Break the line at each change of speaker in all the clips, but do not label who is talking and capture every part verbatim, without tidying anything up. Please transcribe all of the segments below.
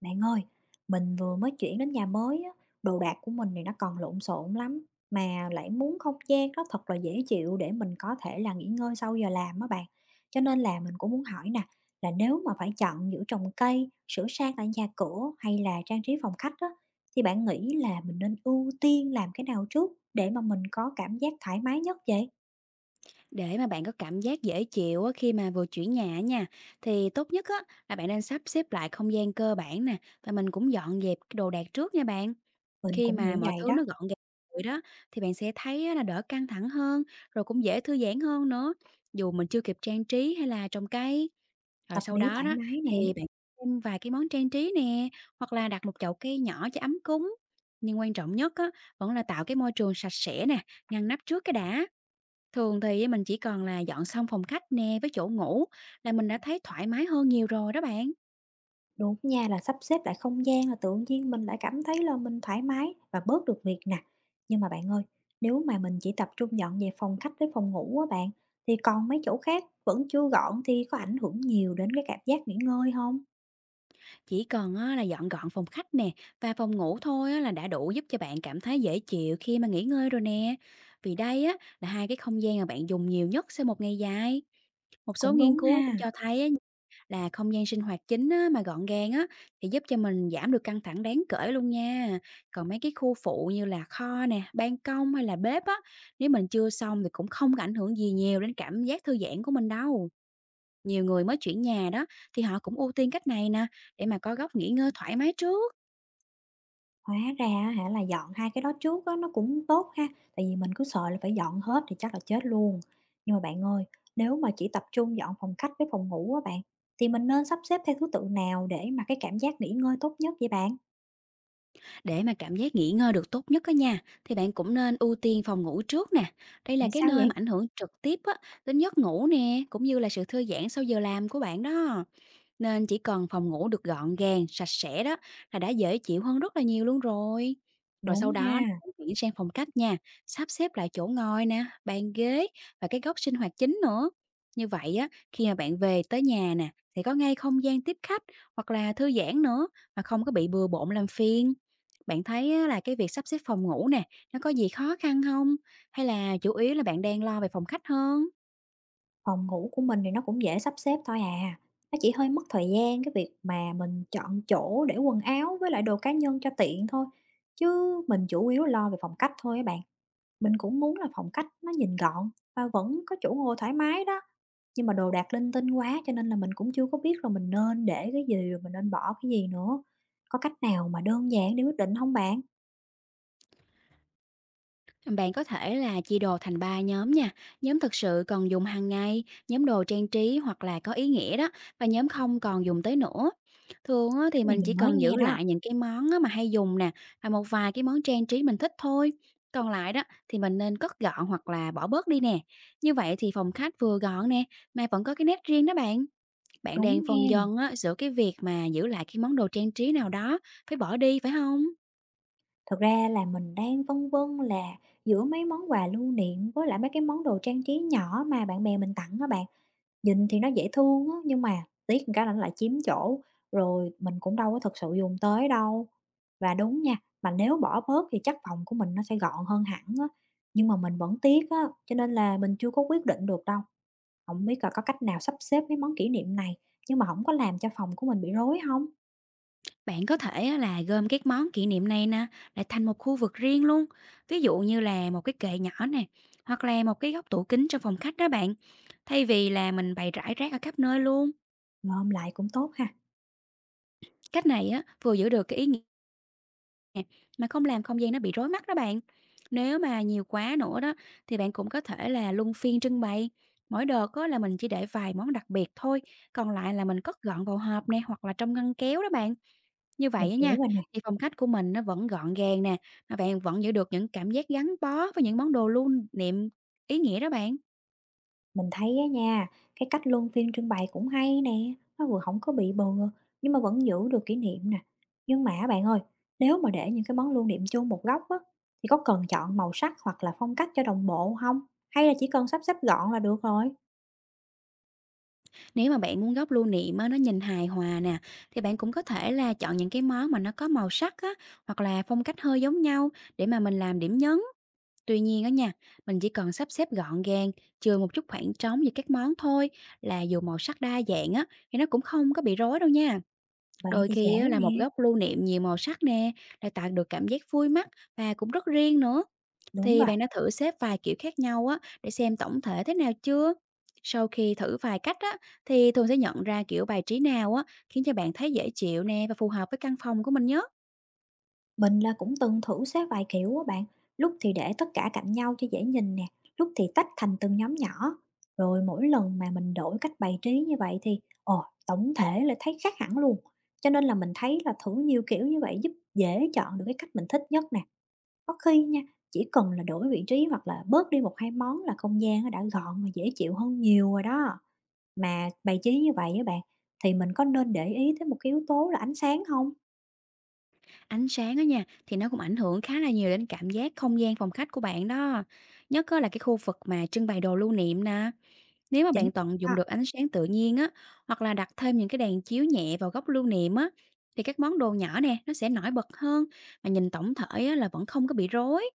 Bạn ơi, mình vừa mới chuyển đến nhà mới á, đồ đạc của mình thì nó còn lộn xộn lắm mà lại muốn không gian nó thật là dễ chịu để mình có thể là nghỉ ngơi sau giờ làm á bạn. Cho nên là mình cũng muốn hỏi nè, là nếu mà phải chọn giữa trồng cây, sửa sang lại nhà cửa hay là trang trí phòng khách á thì bạn nghĩ là mình nên ưu tiên làm cái nào trước để mà mình có cảm giác thoải mái nhất vậy?
Để mà bạn có cảm giác dễ chịu á khi mà vừa chuyển nhà á nha, thì tốt nhất á là bạn nên sắp xếp lại không gian cơ bản nè, và mình cũng dọn dẹp cái đồ đạc trước nha bạn.
Mình
Khi
cũng
mà
nghĩ
mọi
vậy
thứ nó
đó,
gọn gàng rồi đó, thì bạn sẽ thấy á là đỡ căng thẳng hơn, rồi cũng dễ thư giãn hơn nữa, dù mình chưa kịp trang trí hay là trồng cây. Rồi
tâm
sau
lý
đó
thoải
đó,
mái
thì
nè.
bạn thêm vài cái món trang trí nè, hoặc là đặt một chậu cây nhỏ cho ấm cúng. Nhưng quan trọng nhất á, vẫn là tạo cái môi trường sạch sẽ nè, ngăn nắp trước cái đã. Thường thì mình chỉ còn là dọn xong phòng khách nè với chỗ ngủ là mình đã thấy thoải mái hơn nhiều rồi đó bạn.
Đúng nha, là sắp xếp lại không gian là tự nhiên mình lại cảm thấy là mình thoải mái và bớt được việc nè. Nhưng mà bạn ơi, nếu mà mình chỉ tập trung dọn về phòng khách với phòng ngủ á bạn, thì còn mấy chỗ khác vẫn chưa gọn thì có ảnh hưởng nhiều đến cái cảm giác nghỉ ngơi không?
Chỉ cần á, là dọn gọn phòng khách nè và phòng ngủ thôi á, là đã đủ giúp cho bạn cảm thấy dễ chịu khi mà nghỉ ngơi rồi nè. Vì đây á, là hai cái không gian mà bạn dùng nhiều nhất sau một ngày dài. Một số
Cũng
nghiên
đúng
cứu cũng
ha.
cho thấy á, là không gian sinh hoạt chính á, mà gọn gàng á, thì giúp cho mình giảm được căng thẳng đáng kể luôn nha. Còn mấy cái khu phụ như là kho nè, ban công hay là bếp á, nếu mình chưa xong thì cũng không có ảnh hưởng gì nhiều đến cảm giác thư giãn của mình đâu. Nhiều người mới chuyển nhà đó thì họ cũng ưu tiên cách này nè, để mà có góc nghỉ ngơi thoải mái trước.
Hóa ra á hả là dọn hai cái đó trước á nó cũng tốt ha, tại vì mình cứ sợ là phải dọn hết thì chắc là chết luôn. Nhưng mà bạn ơi, nếu mà chỉ tập trung dọn phòng khách với phòng ngủ á bạn, thì mình nên sắp xếp theo thứ tự nào để mà cái cảm giác nghỉ ngơi tốt nhất vậy bạn?
Để mà cảm giác nghỉ ngơi được tốt nhất đó nhà, thì bạn cũng nên ưu tiên phòng ngủ trước nè. Đây là
Tại
cái
sao
nơi mà
vậy?
ảnh hưởng trực tiếp á, đến giấc ngủ nè, cũng như là sự thư giãn sau giờ làm của bạn đó. Nên chỉ cần phòng ngủ được gọn gàng, sạch sẽ đó, là đã dễ chịu hơn rất là nhiều luôn rồi. Rồi sau
Đúng
đó
ha,
bạn chuyển sang phòng khách nha, sắp xếp lại chỗ ngồi nè, bàn ghế và cái góc sinh hoạt chính nữa. Như vậy á, khi mà bạn về tới nhà nè, sẽ có ngay không gian tiếp khách hoặc là thư giãn nữa, mà không có bị bừa bộn làm phiền. Bạn thấy á, là cái việc sắp xếp phòng ngủ nè, nó có gì khó khăn không? Hay là chủ yếu là bạn đang lo về phòng khách hơn?
phòng ngủ của mình thì nó cũng dễ sắp xếp thôi à. Nó chỉ hơi mất thời gian cái việc mà mình chọn chỗ để quần áo với lại đồ cá nhân cho tiện thôi. Chứ mình chủ yếu lo về phòng khách thôi các bạn. Mình cũng muốn là phòng khách nó nhìn gọn và vẫn có chỗ ngồi thoải mái đó. Nhưng mà đồ đạc linh tinh quá cho nên là mình cũng chưa có biết là mình nên để cái gì rồi mình nên bỏ cái gì nữa. Có cách nào mà đơn giản để quyết định không bạn?
Bạn có thể là chia đồ thành ba nhóm nha, nhóm thực sự còn dùng hàng ngày, nhóm đồ trang trí hoặc là có ý nghĩa đó, và nhóm không còn dùng tới nữa. Thường á, thì
Cách này
mình chỉ
mình mới
cần
nghe
giữ
đó.
lại những cái món á mà hay dùng nè, và một vài cái món trang trí mình thích thôi. Còn lại đó thì mình nên cất gọn hoặc là bỏ bớt đi nè. Như vậy thì phòng khách vừa gọn nè, mà vẫn có cái nét riêng đó bạn. Bạn
Đúng
đang phân
hen.
vân á, giữa cái việc mà giữ lại cái món đồ trang trí nào đó phải bỏ đi phải không?
Thật ra là mình đang vân vân là giữa mấy món quà lưu niệm với lại mấy cái món đồ trang trí nhỏ mà bạn bè mình tặng á bạn. Nhìn thì nó dễ thương á, nhưng mà tiếc một cái là nó lại chiếm chỗ, rồi mình cũng đâu có thực sự dùng tới đâu. Và đúng nha, mà nếu bỏ bớt thì chắc phòng của mình nó sẽ gọn hơn hẳn á, nhưng mà mình vẫn tiếc á, cho nên là mình chưa có quyết định được đâu. Không biết là có cách nào sắp xếp mấy món kỷ niệm này, nhưng mà không có làm cho phòng của mình bị rối không?
Bạn có thể á là gom các món kỷ niệm này nè lại thành một khu vực riêng luôn. Ví dụ như là một cái kệ nhỏ nè, hoặc là một cái góc tủ kính trong phòng khách đó bạn. Thay vì là mình bày rải rác ở khắp nơi luôn.
Gom lại cũng tốt ha,
Cách này á vừa giữ được cái ý nghĩa nè, mà không làm không gian nó bị rối mắt đó bạn. Nếu mà nhiều quá nữa đó, thì bạn cũng có thể là luân phiên trưng bày. Mỗi đợt có là mình chỉ để vài món đặc biệt thôi, còn lại là mình cất gọn vào hộp nè hoặc là trong ngăn kéo đó bạn. Như
mình
vậy á nha,
hiểu rồi nè.
thì phòng khách của mình nó vẫn gọn gàng nè, mà bạn vẫn giữ được những cảm giác gắn bó với những món đồ lưu niệm ý nghĩa đó bạn.
Mình thấy á nha, cái cách luân phiên trưng bày cũng hay nè, nó vừa không có bị bừa, nhưng mà vẫn giữ được kỷ niệm nè. Nhưng mà bạn ơi, nếu mà để những cái món lưu niệm chung một góc á, thì có cần chọn màu sắc hoặc là phong cách cho đồng bộ không? Hay là chỉ cần sắp xếp gọn là được rồi?
Nếu mà bạn muốn góc lưu niệm á, nó nhìn hài hòa nè, thì bạn cũng có thể là chọn những cái món mà nó có màu sắc á, hoặc là phong cách hơi giống nhau, để mà mình làm điểm nhấn. Tuy nhiên đó nha, mình chỉ cần sắp xếp gọn gàng, chừa một chút khoảng trống giữa các món thôi, là dù màu sắc đa dạng á thì nó cũng không có bị rối đâu nha.
Vậy
Đôi
thì
khi á,
dễ
là một
nè.
góc lưu niệm nhiều màu sắc nè, lại tạo được cảm giác vui mắt và cũng rất riêng nữa.
Đúng
Thì
rồi.
bạn đã thử xếp vài kiểu khác nhau á để xem tổng thể thế nào chưa? Sau khi thử vài cách á thì thường sẽ nhận ra kiểu bài trí nào á khiến cho bạn thấy dễ chịu nè, và phù hợp với căn phòng của mình nhé.
Mình là cũng từng thử xếp vài kiểu á bạn, lúc thì để tất cả cạnh nhau cho dễ nhìn nè, lúc thì tách thành từng nhóm nhỏ. Rồi mỗi lần mà mình đổi cách bày trí như vậy thì ồ, tổng thể là thấy khác hẳn luôn. Cho nên là mình thấy là thử nhiều kiểu như vậy giúp dễ chọn được cái cách mình thích nhất nè. Có khi nha, chỉ cần là đổi vị trí hoặc là bớt đi một hai món là không gian nó đã gọn và dễ chịu hơn nhiều rồi đó. Mà bày trí như vậy á bạn, thì mình có nên để ý tới một cái yếu tố là ánh sáng không?
Ánh sáng đó nha, thì nó cũng ảnh hưởng khá là nhiều đến cảm giác không gian phòng khách của bạn đó. Nhất á là cái khu vực mà trưng bày đồ lưu niệm nè. Nếu mà
Chính
bạn tận dụng
đó,
được ánh sáng tự nhiên á, hoặc là đặt thêm những cái đèn chiếu nhẹ vào góc lưu niệm á, thì các món đồ nhỏ nè, nó sẽ nổi bật hơn. Mà nhìn tổng thể á, là vẫn không có bị rối.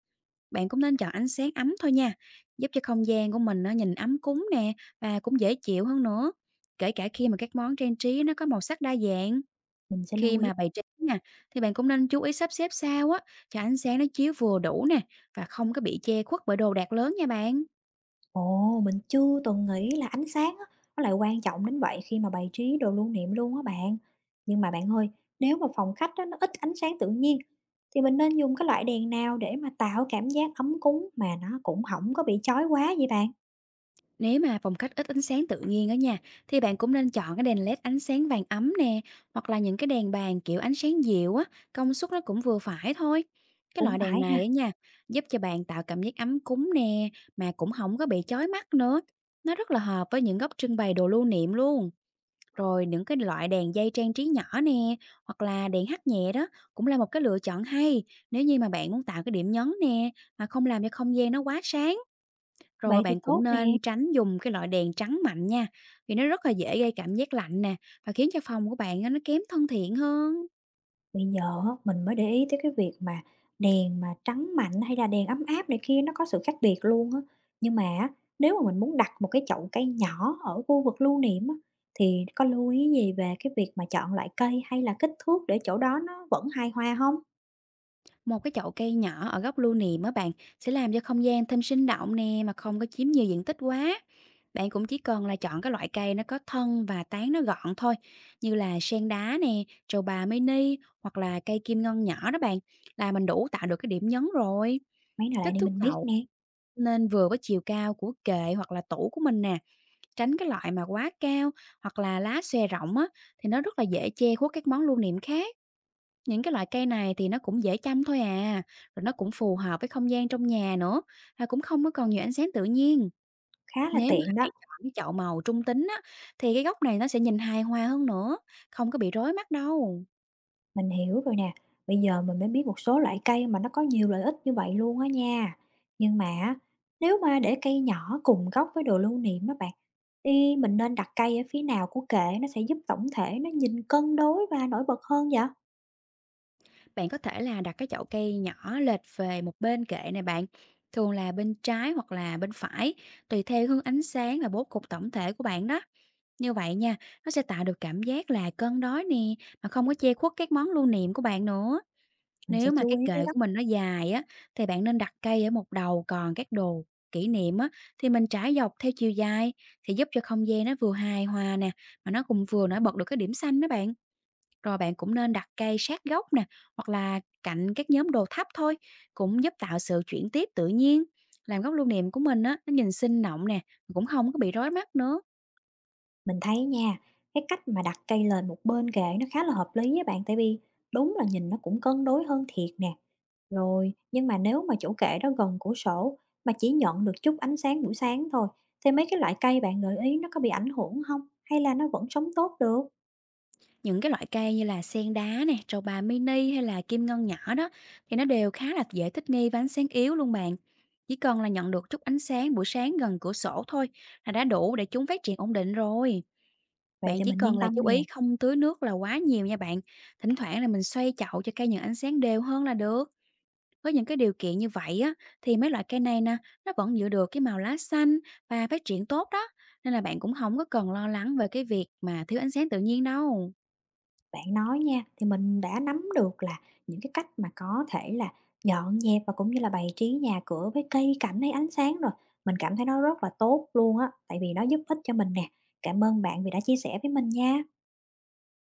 Bạn cũng nên chọn ánh sáng ấm thôi nha, giúp cho không gian của mình nó nhìn ấm cúng nè, và cũng dễ chịu hơn nữa, kể cả khi mà các món trang trí nó có màu sắc đa dạng.
mình sẽ
Khi
lưu ý.
mà bày trí nè, thì bạn cũng nên chú ý sắp xếp sao á, cho ánh sáng nó chiếu vừa đủ nè, và không có bị che khuất bởi đồ đạc lớn nha bạn.
Ồ, mình chưa từng nghĩ là ánh sáng á, nó lại quan trọng đến vậy khi mà bày trí đồ lưu niệm luôn á bạn. Nhưng mà bạn ơi, nếu mà phòng khách á, nó ít ánh sáng tự nhiên thì mình nên dùng cái loại đèn nào để mà tạo cảm giác ấm cúng mà nó cũng không có bị chói quá vậy bạn?
Nếu mà phòng khách ít ánh sáng tự nhiên ở nhà, thì bạn cũng nên chọn cái đèn led ánh sáng vàng ấm nè, hoặc là những cái đèn bàn kiểu ánh sáng dịu á, công suất nó cũng vừa phải thôi. Cái
Cũng
loại đèn
phải
này
ha.
á nha, giúp cho bạn tạo cảm giác ấm cúng nè, mà cũng không có bị chói mắt nữa. Nó rất là hợp với những góc trưng bày đồ lưu niệm luôn. Rồi những cái loại đèn dây trang trí nhỏ nè, hoặc là đèn hắt nhẹ đó, cũng là một cái lựa chọn hay nếu như mà bạn muốn tạo cái điểm nhấn nè, mà không làm cho không gian nó quá sáng. Rồi
Vậy thì
bạn cũng
tốt nè.
nên tránh dùng cái loại đèn trắng mạnh nha, vì nó rất là dễ gây cảm giác lạnh nè, và khiến cho phòng của bạn á, nó kém thân thiện hơn.
Bây giờ á, mình mới để ý tới cái việc mà đèn mà trắng mạnh hay là đèn ấm áp này kia nó có sự khác biệt luôn á. Nhưng mà á, nếu mà mình muốn đặt một cái chậu cây nhỏ ở khu vực lưu niệm á, thì có lưu ý gì về cái việc mà chọn loại cây hay là kích thước để chỗ đó nó vẫn hài hòa không?
Một cái chậu cây nhỏ ở góc lưu niệm á bạn sẽ làm cho không gian thêm sinh động nè, mà không có chiếm nhiều diện tích quá. Bạn cũng chỉ cần là chọn cái loại cây nó có thân và tán nó gọn thôi, như là sen đá nè, trầu bà mini, hoặc là cây kim ngân nhỏ đó bạn, là mình đủ tạo được cái điểm nhấn rồi.
Mấy cái này
Kích
để
thước
mình biết
chậu
nè,
nên vừa với chiều cao của kệ hoặc là tủ của mình nè, tránh cái loại mà quá cao hoặc là lá xòe rộng á, thì nó rất là dễ che khuất các món lưu niệm khác. Những cái loại cây này thì nó cũng dễ chăm thôi à, rồi nó cũng phù hợp với không gian trong nhà nữa, và cũng không có còn nhiều ánh sáng tự nhiên.
khá là
Nếu mà
tiện đó.
bạn chọn cái chậu màu trung tính á, thì cái góc này nó sẽ nhìn hài hòa hơn nữa, không có bị rối mắt đâu.
Mình hiểu rồi nè, bây giờ mình mới biết một số loại cây mà nó có nhiều lợi ích như vậy luôn á nha. Nhưng mà á, nếu mà để cây nhỏ cùng gốc với đồ lưu niệm đó bạn, thì mình nên đặt cây ở phía nào của kệ nó sẽ giúp tổng thể nó nhìn cân đối và nổi bật hơn vậy?
Bạn có thể là đặt cái chậu cây nhỏ lệch về một bên kệ này bạn, thường là bên trái hoặc là bên phải, tùy theo hướng ánh sáng và bố cục tổng thể của bạn đó. Như vậy nha, nó sẽ tạo được cảm giác là cân đối nè, mà không có che khuất các món lưu niệm của bạn nữa.
Mình sẽ
Nếu mà
chú
cái
ý cái
kệ
góc.
của mình nó dài á, thì bạn nên đặt cây ở một đầu, còn các đồ kỷ niệm á, thì mình trải dọc theo chiều dài, thì giúp cho không gian nó vừa hài hòa nè, mà nó cũng vừa nổi bật được cái điểm xanh đó bạn. Rồi bạn cũng nên đặt cây sát gốc nè, hoặc là cạnh các nhóm đồ thấp thôi, cũng giúp tạo sự chuyển tiếp tự nhiên, làm góc lưu niệm của mình á, nó nhìn sinh động nè, cũng không có bị rối mắt nữa.
Mình thấy nha, cái cách mà đặt cây lên một bên kệ nó khá là hợp lý với bạn tại vì đúng là nhìn nó cũng cân đối hơn thiệt nè. Rồi, nhưng mà nếu mà chủ kệ đó gần cửa sổ mà chỉ nhận được chút ánh sáng buổi sáng thôi, thì mấy cái loại cây bạn gợi ý nó có bị ảnh hưởng không? Hay là nó vẫn sống tốt được?
Những cái loại cây như là sen đá nè, trầu bà mini hay là kim ngân nhỏ đó, thì nó đều khá là dễ thích nghi với ánh sáng yếu luôn bạn. Chỉ cần là nhận được chút ánh sáng buổi sáng gần cửa sổ thôi là đã đủ để chúng phát triển ổn định rồi.
Vậy
Bạn
thì
chỉ
mình
cần
yên
là
tâm
chú
nè,
ý không tưới nước là quá nhiều nha bạn. Thỉnh thoảng là mình xoay chậu cho cây nhận ánh sáng đều hơn là được. Với những cái điều kiện như vậy á thì mấy loại cây này nè, nó vẫn giữ được cái màu lá xanh và phát triển tốt đó. Nên là bạn cũng không có cần lo lắng về cái việc mà thiếu ánh sáng tự nhiên đâu.
bạn nói nha, thì mình đã nắm được là những cái cách mà có thể là dọn dẹp và cũng như là bày trí nhà cửa với cây cảnh hay ánh sáng rồi. Mình cảm thấy nó rất là tốt luôn á, tại vì nó giúp ích cho mình nè. Cảm ơn bạn vì đã chia sẻ với mình nha.